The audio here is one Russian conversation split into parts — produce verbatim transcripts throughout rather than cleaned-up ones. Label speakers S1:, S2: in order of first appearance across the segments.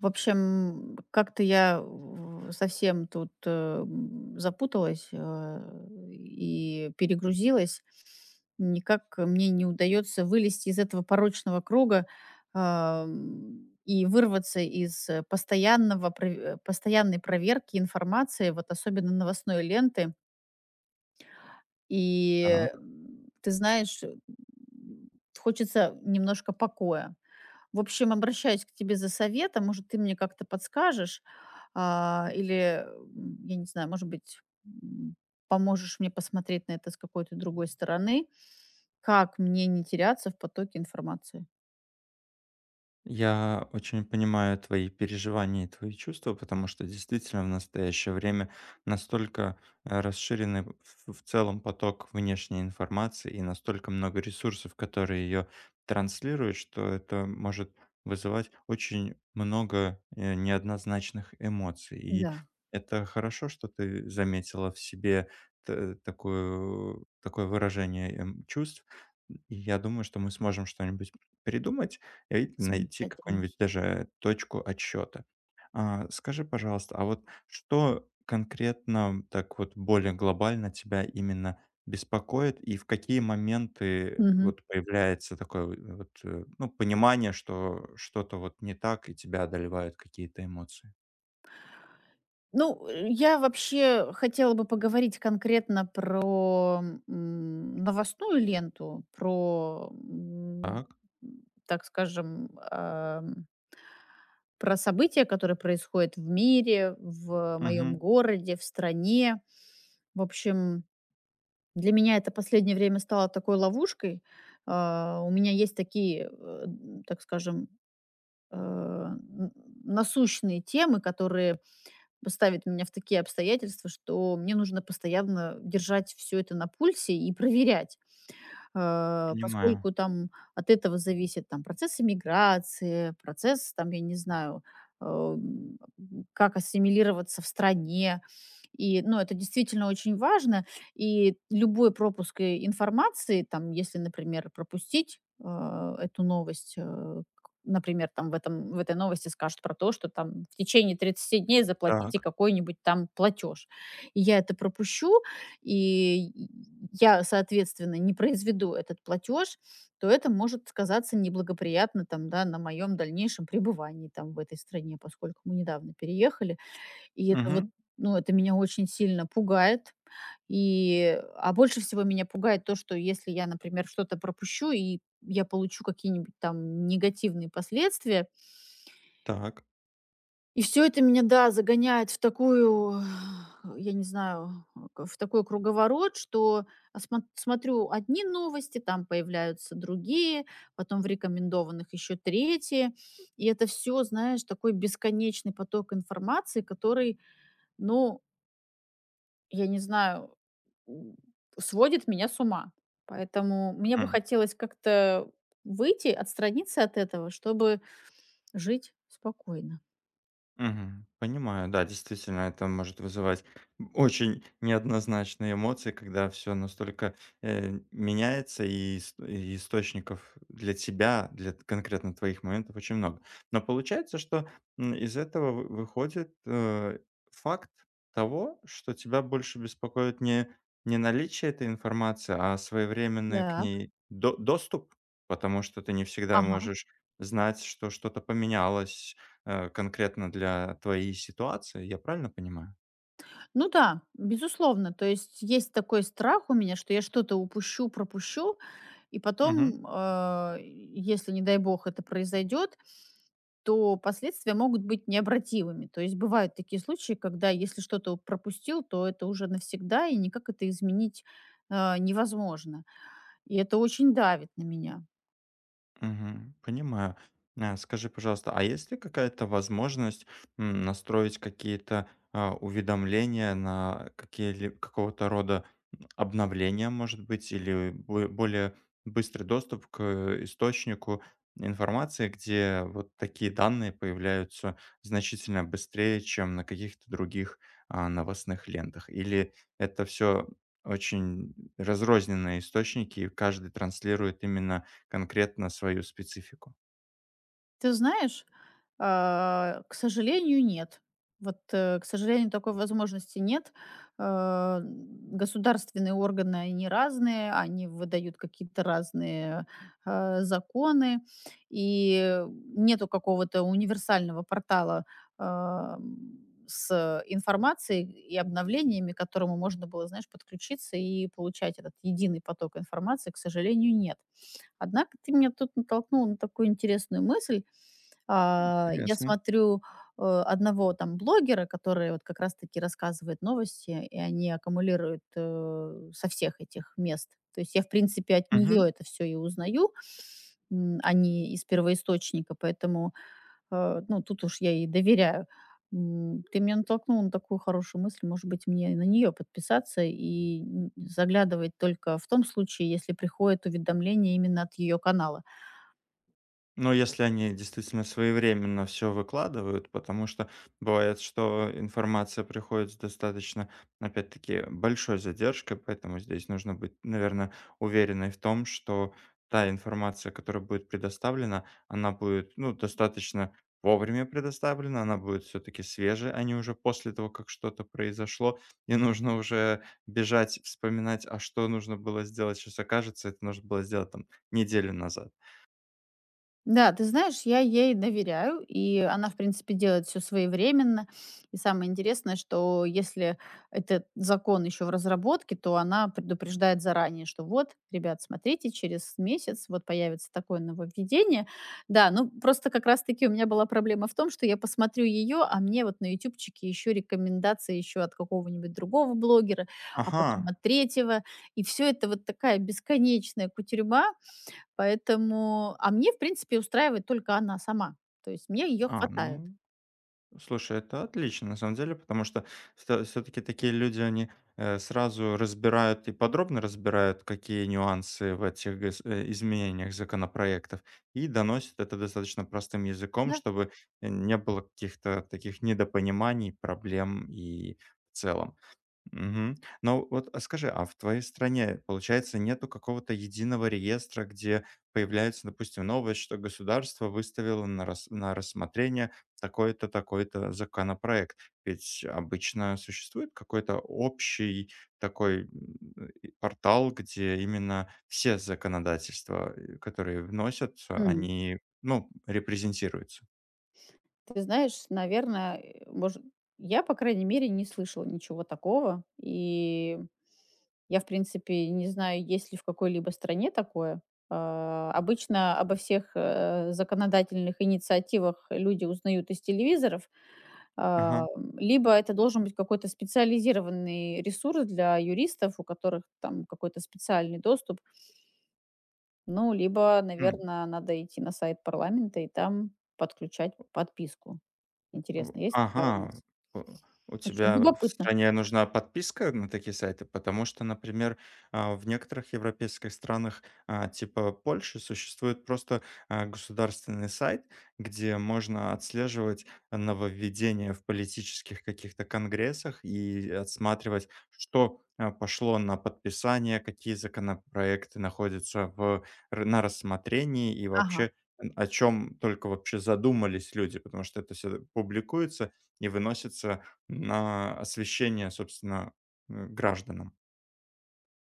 S1: В общем, как-то я в совсем тут, эм, запуталась, а, и перегрузилась. Никак мне не удается вылезти из этого порочного круга, ам, и вырваться из э, постоянного прове постоянной проверки информации, вот особенно новостной ленты. И,
S2: Так,
S1: м, ты знаешь, м, хочется немножко покоя. В общем, обращаюсь к тебе за советом. Может, ты мне как-то подскажешь, а, или, м, я не знаю, может быть, м, поможешь мне посмотреть на это с какой-то другой стороны. Как мне не теряться в потоке информации?
S2: я очень понимаю твои переживания и твои чувства, потому что действительно в настоящее время настолько э, расширенный в в целом поток внешней информации и настолько много ресурсов, которые ее транслируют, что это может вызывать очень много э, неоднозначных эмоций. И
S1: Да.
S2: это хорошо, что ты заметила в себе т- такую, такое выражение эм, чувств. И я думаю, что мы сможем что-нибудь придумать, или найти
S1: Замечательно.
S2: какую-нибудь даже точку отсчета. А, скажи, пожалуйста, а вот что конкретно так вот более глобально тебя именно беспокоит и в какие моменты
S1: Мгм.
S2: вот появляется такое в вот, э, ну, понимание, что что-то вот не так и тебя одолевают какие-то эмоции?
S1: Ну, э, я вообще хотела бы поговорить конкретно про м, новостную ленту, про, м,
S2: Так,
S1: так скажем, ам, про события, которые происходят в мире, в моем
S2: мгм,
S1: городе, в стране. В общем, для меня это последнее время стало такой ловушкой. А, у меня есть такие, э, м, так скажем, э, н- насущные темы, которые ставят меня в такие обстоятельства, что мне нужно постоянно держать все это на пульсе и проверять, э,
S2: понимаю.
S1: поскольку там от этого зависит там процесс иммиграции, процесс там, я не знаю, эм, как ассимилироваться в стране. И, ну, это действительно очень важно. И любой пропуск э, информации, там, если, например, пропустить э, эту новость, э, к- например, там в, этом, в этой новости скажут про то, что там в течение 30 дней заплатите
S2: Так,
S1: какой-нибудь там платеж. И я это пропущу, и я, соответственно, не произведу этот платеж, то это может сказаться неблагоприятно там, да, на моем дальнейшем пребывании там в этой стране, поскольку мы недавно переехали. И это вот,
S2: мгм,
S1: ну, это меня очень сильно пугает. И, а больше всего меня пугает то, что если я, например, что-то пропущу и я получу какие-нибудь там негативные последствия,
S2: так,
S1: и все это меня, да, загоняет в такую, я не знаю, к в такой круговорот, что осмо смотрю одни новости, там появляются другие, потом в рекомендованных еще третьи. И это все, знаешь, такой бесконечный поток информации, который, ну, я не знаю, м, сводит меня с ума. Поэтому мне бы хотелось как-то выйти, отстраниться от этого, чтобы жить спокойно.
S2: мгм. Понимаю, да, действительно, это может вызывать очень неоднозначные эмоции, когда все настолько э, меняется, и, ис- и источников для тебя, для т- конкретно твоих моментов очень много. Но получается, что м, из этого вы- выходит э, факт того, что тебя больше беспокоит не, не наличие этой информации, а своевременный к
S1: Так.
S2: ней до- доступ, потому что ты не всегда
S1: Ага.
S2: можешь знать, что что-то поменялось, э, конкретно для твоей ситуации. Я правильно понимаю?
S1: Ну да, безусловно. То есть есть такой страх у меня, что я что-то упущу, пропущу, и
S2: Мгм.
S1: потом, э, если, не дай бог, это произойдет, то последствия могут быть необратимыми. То есть бывают такие случаи, когда если что-то пропустил, то это уже навсегда, и никак это изменить э, невозможно. И это очень давит на меня.
S2: Мгм. Понимаю. А, скажи, пожалуйста, а есть ли какая-то возможность, м, настроить какие-то, а, уведомления на какие-ли какого-то рода, м, обновления, может быть, или бо более быстрый доступ к, э, источнику информации, где вот такие данные появляются значительно быстрее, чем на каких-то других, а, новостных лентах? Или это все очень разрозненные источники, и каждый транслирует именно конкретно свою специфику.
S1: Ты знаешь, А, к сожалению, нет. Вот, э, к сожалению, такой возможности нет. Э, государственные органы, они разные, они выдают какие-то разные э, законы, и нету какого-то универсального портала, ам, с информацией и обновлениями, к которому можно было, знаешь, подключиться и получать этот единый поток информации, к сожалению, нет. Однако ты меня тут натолкнул на такую интересную мысль. а, я
S2: Интересно.
S1: смотрю э, одного там блогера, который вот как раз таки рассказывает новости, и они аккумулируют, э, со всех этих мест. То есть я, в принципе, от нее это все и узнаю, м, а не из первоисточника, поэтому, э, ну, тут уж я ей доверяю. М, ты меня натолкнул на такую хорошую мысль, может быть, мне на нее подписаться и н заглядывать только в том случае, если приходит уведомление именно от ее канала.
S2: Ну, если они действительно своевременно все выкладывают, потому что бывает, что информация приходит с достаточно, опять-таки, большой задержкой, поэтому здесь нужно быть, наверное, уверенной в том, что та информация, которая будет предоставлена, она будет, ну, достаточно вовремя предоставлена, она будет все таки свежей, а не уже после того, как что-то произошло. И нужно уже бежать, вспоминать, а что нужно было сделать, сейчас окажется, это нужно было сделать там неделю назад.
S1: Да, ты знаешь, я ей доверяю, и она, в принципе, делает все своевременно. И самое интересное, что если этот закон еще в разработке, то она предупреждает заранее, что вот, ребят, смотрите, через месяц вот появится такое нововведение. Да, ну просто как раз-таки у меня была проблема в том, что я посмотрю ее, а мне вот на "Ютубчике" еще рекомендации еще от какого-нибудь другого блогера, а потом
S2: Ага.
S1: от третьего. И все это вот такая бесконечная кутерьма, Поэтому, а мне, в принципе, устраивает только она сама. То есть мне ее
S2: А,
S1: хватает.
S2: ну, слушай, это отлично, на самом деле, потому что все-таки такие люди, они э, сразу разбирают и подробно разбирают, какие нюансы в этих гос- э, изменениях законопроектов, и доносят это достаточно простым языком,
S1: Да.
S2: чтобы э, не было каких-то таких недопониманий, проблем и в целом. Мгм. Но вот, а скажи, а в твоей стране, получается, нету какого-то единого реестра, где появляется, допустим, новость, что государство выставило на, рас- на рассмотрение такой-то, такой-то законопроект? Ведь обычно существует какой-то общий такой м, и портал, где именно все законодательства, э, которые вносят,
S1: Мгм.
S2: они, ну, репрезентируются.
S1: Ты знаешь, наверное, э, может, я, по крайней мере, не слышала ничего такого. И я, в принципе, не знаю, есть ли в какой-либо стране такое. А, обычно обо всех э, законодательных инициативах люди узнают из телевизоров.
S2: Ага.
S1: А, м, либо это должен быть какой-то специализированный ресурс для юристов, у которых там какой-то специальный доступ. Ну, либо, наверное, надо идти на сайт парламента и там подключать подписку.
S2: В
S1: Интересно, есть такая у
S2: ага,
S1: нас?
S2: э, у
S1: Очень
S2: тебя в
S1: любопытно.
S2: стране нужна подписка на такие сайты? Потому что, например, а, в некоторых европейских странах, а, типа Польши, существует просто, а, государственный сайт, где можно отслеживать нововведения в политических каких-то конгрессах и отсматривать, что, а, пошло на подписание, какие законопроекты находятся в р на рассмотрении и
S1: Ага.
S2: вообще о чем только вообще задумались люди, потому что это все публикуется и выносится на освещение, собственно, э, гражданам.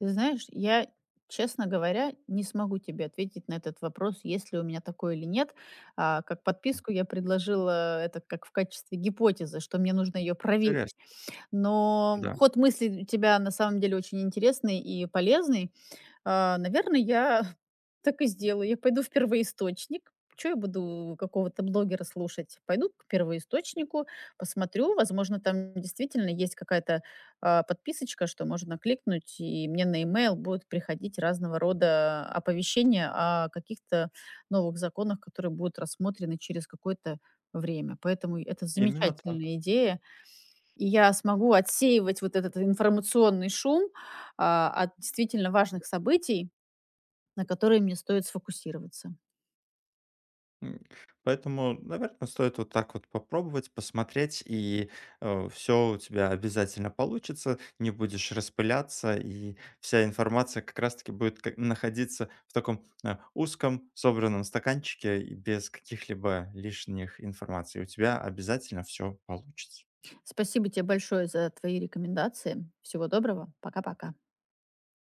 S1: Ты знаешь, я, честно говоря, не смогу тебе ответить на этот вопрос, есть ли у меня такое или нет. А, как подписку я предложила это как в качестве гипотезы, что мне нужно ее проверить.
S2: Интересно,
S1: Но
S2: да.
S1: ход мысли у тебя на самом деле очень интересный и полезный. А, наверно, я так и сделаю. Я пойду в первоисточник. что я буду какого-то блогера слушать? Пойду к первоисточнику, посмотрю. Возможно, там действительно есть какая-то, а, подписочка, что можно кликнуть, и мне на имейл будут приходить разного рода оповещения о каких-то новых законах, которые будут рассмотрены через какое-то время. Поэтому это
S2: Именно так.
S1: замечательная идея. И я смогу отсеивать вот этот информационный шум, а, от действительно важных событий, на которые мне стоит сфокусироваться.
S2: М, Поэтому, наверное, стоит вот так вот попробовать, посмотреть, и, все у тебя обязательно получится. Не будешь распыляться, и вся информация как раз таки будет к находиться в таком, э, узком собранном стаканчике и без каких-либо лишних информаций. У тебя обязательно все получится.
S1: Спасибо тебе большое за твои рекомендации. Всего доброго. Пока-пока.